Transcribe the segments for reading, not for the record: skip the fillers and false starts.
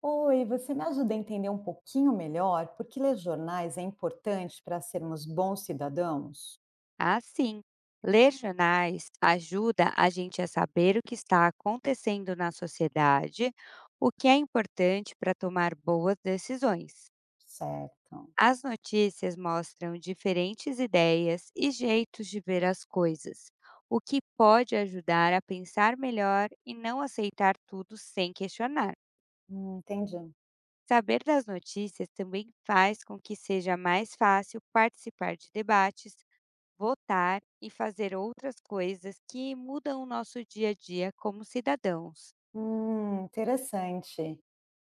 Oi, você me ajuda a entender um pouquinho melhor por que ler jornais é importante para sermos bons cidadãos? Ah, sim. Ler jornais ajuda a gente a saber o que está acontecendo na sociedade, o que é importante para tomar boas decisões. Certo. As notícias mostram diferentes ideias e jeitos de ver as coisas, o que pode ajudar a pensar melhor e não aceitar tudo sem questionar. Entendi. Saber das notícias também faz com que seja mais fácil participar de debates, votar e fazer outras coisas que mudam o nosso dia a dia como cidadãos. Interessante.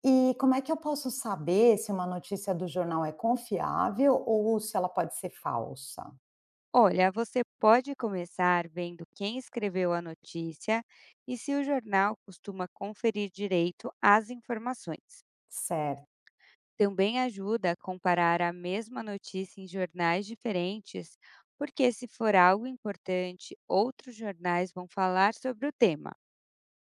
E como é que eu posso saber se uma notícia do jornal é confiável ou se ela pode ser falsa? Olha, você pode começar vendo quem escreveu a notícia e se o jornal costuma conferir direito às informações. Certo, Também ajuda a comparar a mesma notícia em jornais diferentes, porque se for algo importante, outros jornais vão falar sobre o tema.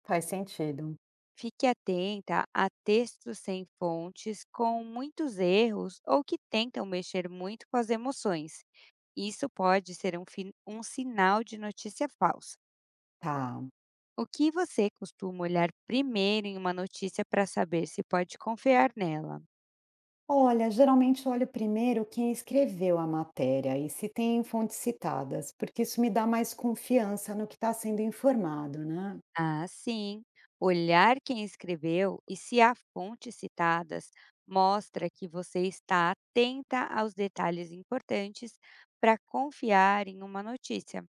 faz sentido. Fique atenta a textos sem fontes, com muitos erros ou que tentam mexer muito com as emoções. Isso pode ser um sinal de notícia falsa. Tá. O que você costuma olhar primeiro em uma notícia para saber se pode confiar nela? Olha, geralmente eu olho primeiro quem escreveu a matéria e se tem fontes citadas, porque isso me dá mais confiança no que está sendo informado, né? Ah, sim. Olhar quem escreveu e se há fontes citadas mostra que você está atenta aos detalhes importantes para confiar em uma notícia.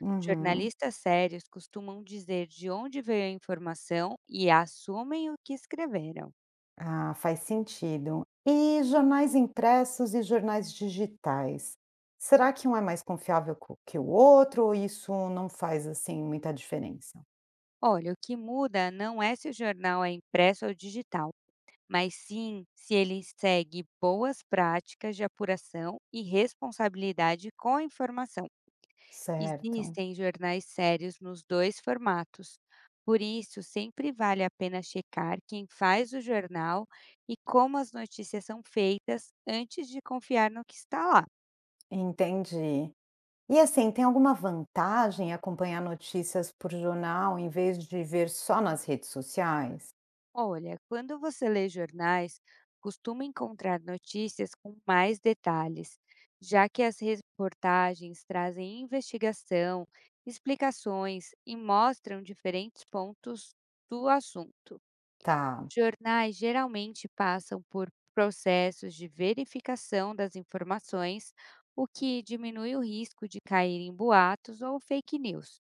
Uhum. Jornalistas sérios costumam dizer de onde veio a informação e assumem o que escreveram. Ah, faz sentido. E jornais impressos e jornais digitais? Será que um é mais confiável que o outro ou isso não faz assim muita diferença? Olha, o que muda não é se o jornal é impresso ou digital, mas sim se ele segue boas práticas de apuração e responsabilidade com a informação. Certo, Existem jornais sérios nos dois formatos. Por isso, sempre vale a pena checar quem faz o jornal e como as notícias são feitas antes de confiar no que está lá. entendi. E assim, tem alguma vantagem em acompanhar notícias por jornal em vez de ver só nas redes sociais? Olha, quando você lê jornais, costuma encontrar notícias com mais detalhes, já que as reportagens trazem investigação, explicações e mostram diferentes pontos do assunto. Tá, Jornais geralmente passam por processos de verificação das informações, o que diminui o risco de cair em boatos ou fake news.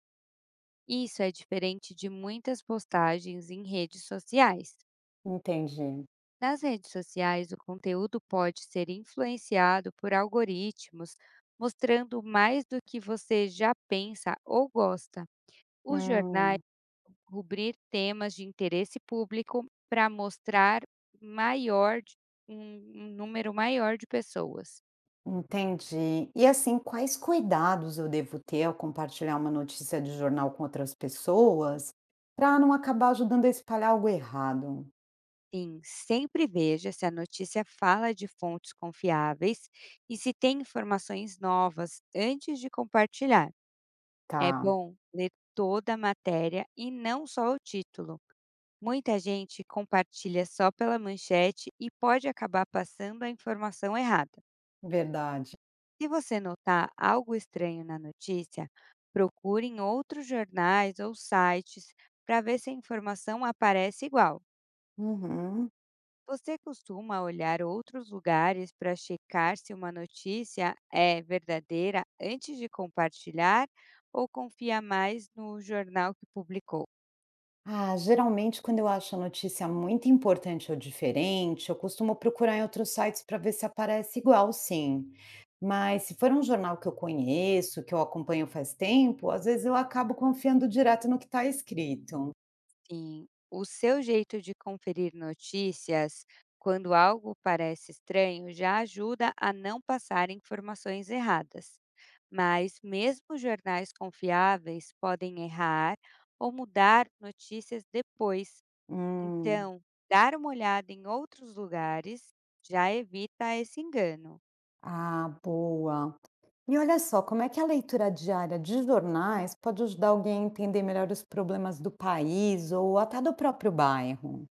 Isso é diferente de muitas postagens em redes sociais. entendi. Nas redes sociais, o conteúdo pode ser influenciado por algoritmos, mostrando mais do que você já pensa ou gosta. Os jornais Hum. cobrir temas de interesse público para mostrar maior de- um número maior de pessoas. Entendi. E assim, quais cuidados eu devo ter ao compartilhar uma notícia de jornal com outras pessoas para não acabar ajudando a espalhar algo errado? Sim, sempre veja se a notícia fala de fontes confiáveis e se tem informações novas antes de compartilhar. É Tá, bom ler toda a matéria e não só o título. Muita gente compartilha só pela manchete e pode acabar passando a informação errada. verdade. Se você notar algo estranho na notícia, procure em outros jornais ou sites para ver se a informação aparece igual. Uhum. Você costuma olhar outros lugares para checar se uma notícia é verdadeira antes de compartilhar, ou confia mais no jornal que publicou? Ah, geralmente quando eu acho a notícia muito importante ou diferente, eu costumo procurar em outros sites para ver se aparece igual, sim. Mas se for um jornal que eu conheço, que eu acompanho faz tempo, às vezes eu acabo confiando direto no que está escrito. Sim, o seu jeito de conferir notícias quando algo parece estranho já ajuda a não passar informações erradas. Mas mesmo jornais confiáveis podem errar ou mudar notícias depois. Hum, Então, dar uma olhada em outros lugares já evita esse engano. ah, boa. E olha só, como é que a leitura diária de jornais pode ajudar alguém a entender melhor os problemas do país ou até do próprio bairro?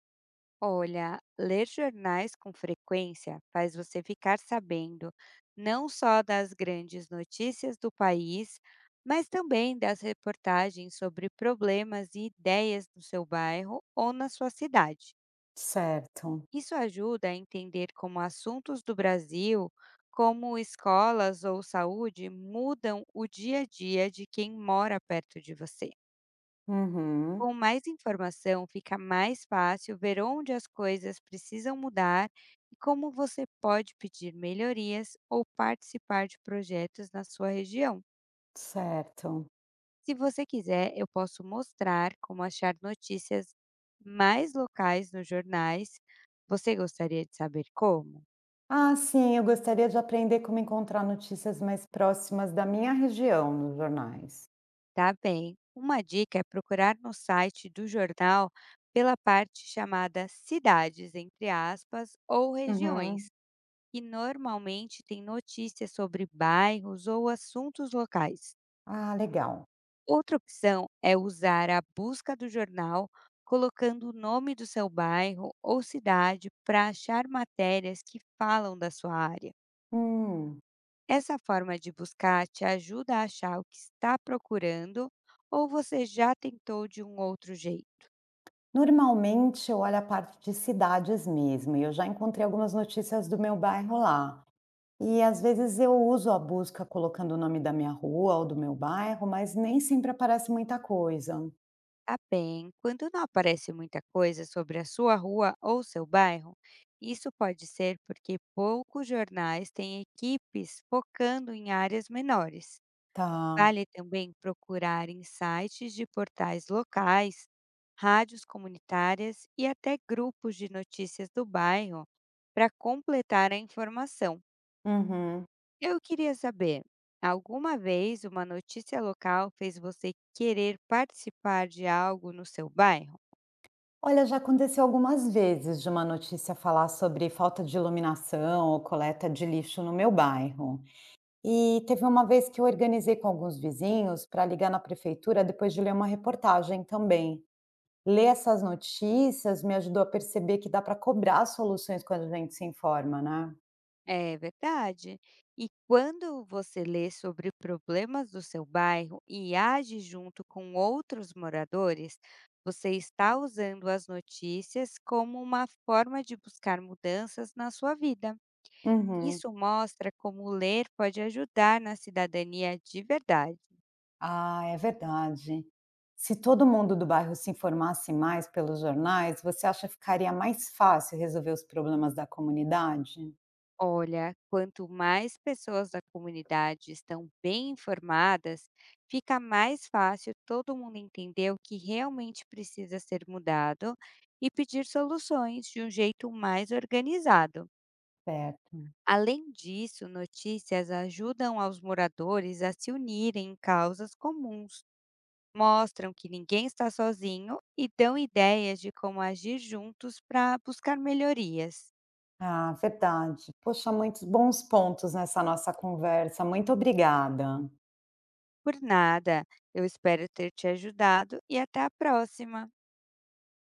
Olha, ler jornais com frequência faz você ficar sabendo não só das grandes notícias do país, mas também das reportagens sobre problemas e ideias no seu bairro ou na sua cidade. Certo. Isso ajuda a entender como assuntos do Brasil, como escolas ou saúde, mudam o dia a dia de quem mora perto de você. Uhum, Com mais informação, fica mais fácil ver onde as coisas precisam mudar e como você pode pedir melhorias ou participar de projetos na sua região. certo. Se você quiser, eu posso mostrar como achar notícias mais locais nos jornais. Você gostaria de saber como? Ah, sim, eu gostaria de aprender como encontrar notícias mais próximas da minha região nos jornais. Tá bem. Uma dica é procurar no site do jornal pela parte chamada "cidades", entre aspas, ou "regiões", Uhum. e normalmente tem notícias sobre bairros ou assuntos locais. Ah, legal. Outra opção é usar a busca do jornal, colocando o nome do seu bairro ou cidade para achar matérias que falam da sua área. Hum. Essa forma de buscar te ajuda a achar o que está procurando, ou você já tentou de um outro jeito? Normalmente eu olho a parte de cidades mesmo, e eu já encontrei algumas notícias do meu bairro lá. E às vezes eu uso a busca colocando o nome da minha rua ou do meu bairro, mas nem sempre aparece muita coisa. Tá bem. Quando não aparece muita coisa sobre a sua rua ou seu bairro, isso pode ser porque poucos jornais têm equipes focando em áreas menores. Tá. Vale também procurar em sites de portais locais, rádios comunitárias e até grupos de notícias do bairro para completar a informação. Uhum. Eu queria saber, alguma vez uma notícia local fez você querer participar de algo no seu bairro? Olha, já aconteceu algumas vezes de uma notícia falar sobre falta de iluminação ou coleta de lixo no meu bairro. E teve uma vez que eu organizei com alguns vizinhos para ligar na prefeitura depois de ler uma reportagem também. Ler essas notícias me ajudou a perceber que dá para cobrar soluções quando a gente se informa, né? É verdade. E quando você lê sobre problemas do seu bairro e age junto com outros moradores, você está usando as notícias como uma forma de buscar mudanças na sua vida. Uhum. Isso mostra como ler pode ajudar na cidadania de verdade. Ah, é verdade. Se todo mundo do bairro se informasse mais pelos jornais, você acha que ficaria mais fácil resolver os problemas da comunidade? Olha, quanto mais pessoas da comunidade estão bem informadas, fica mais fácil todo mundo entender o que realmente precisa ser mudado e pedir soluções de um jeito mais organizado. Certo. Além disso, notícias ajudam aos moradores a se unirem em causas comuns, mostram que ninguém está sozinho e dão ideias de como agir juntos para buscar melhorias. Ah, verdade. Poxa, muitos bons pontos nessa nossa conversa. Muito obrigada. Por nada, eu espero ter te ajudado e até a próxima.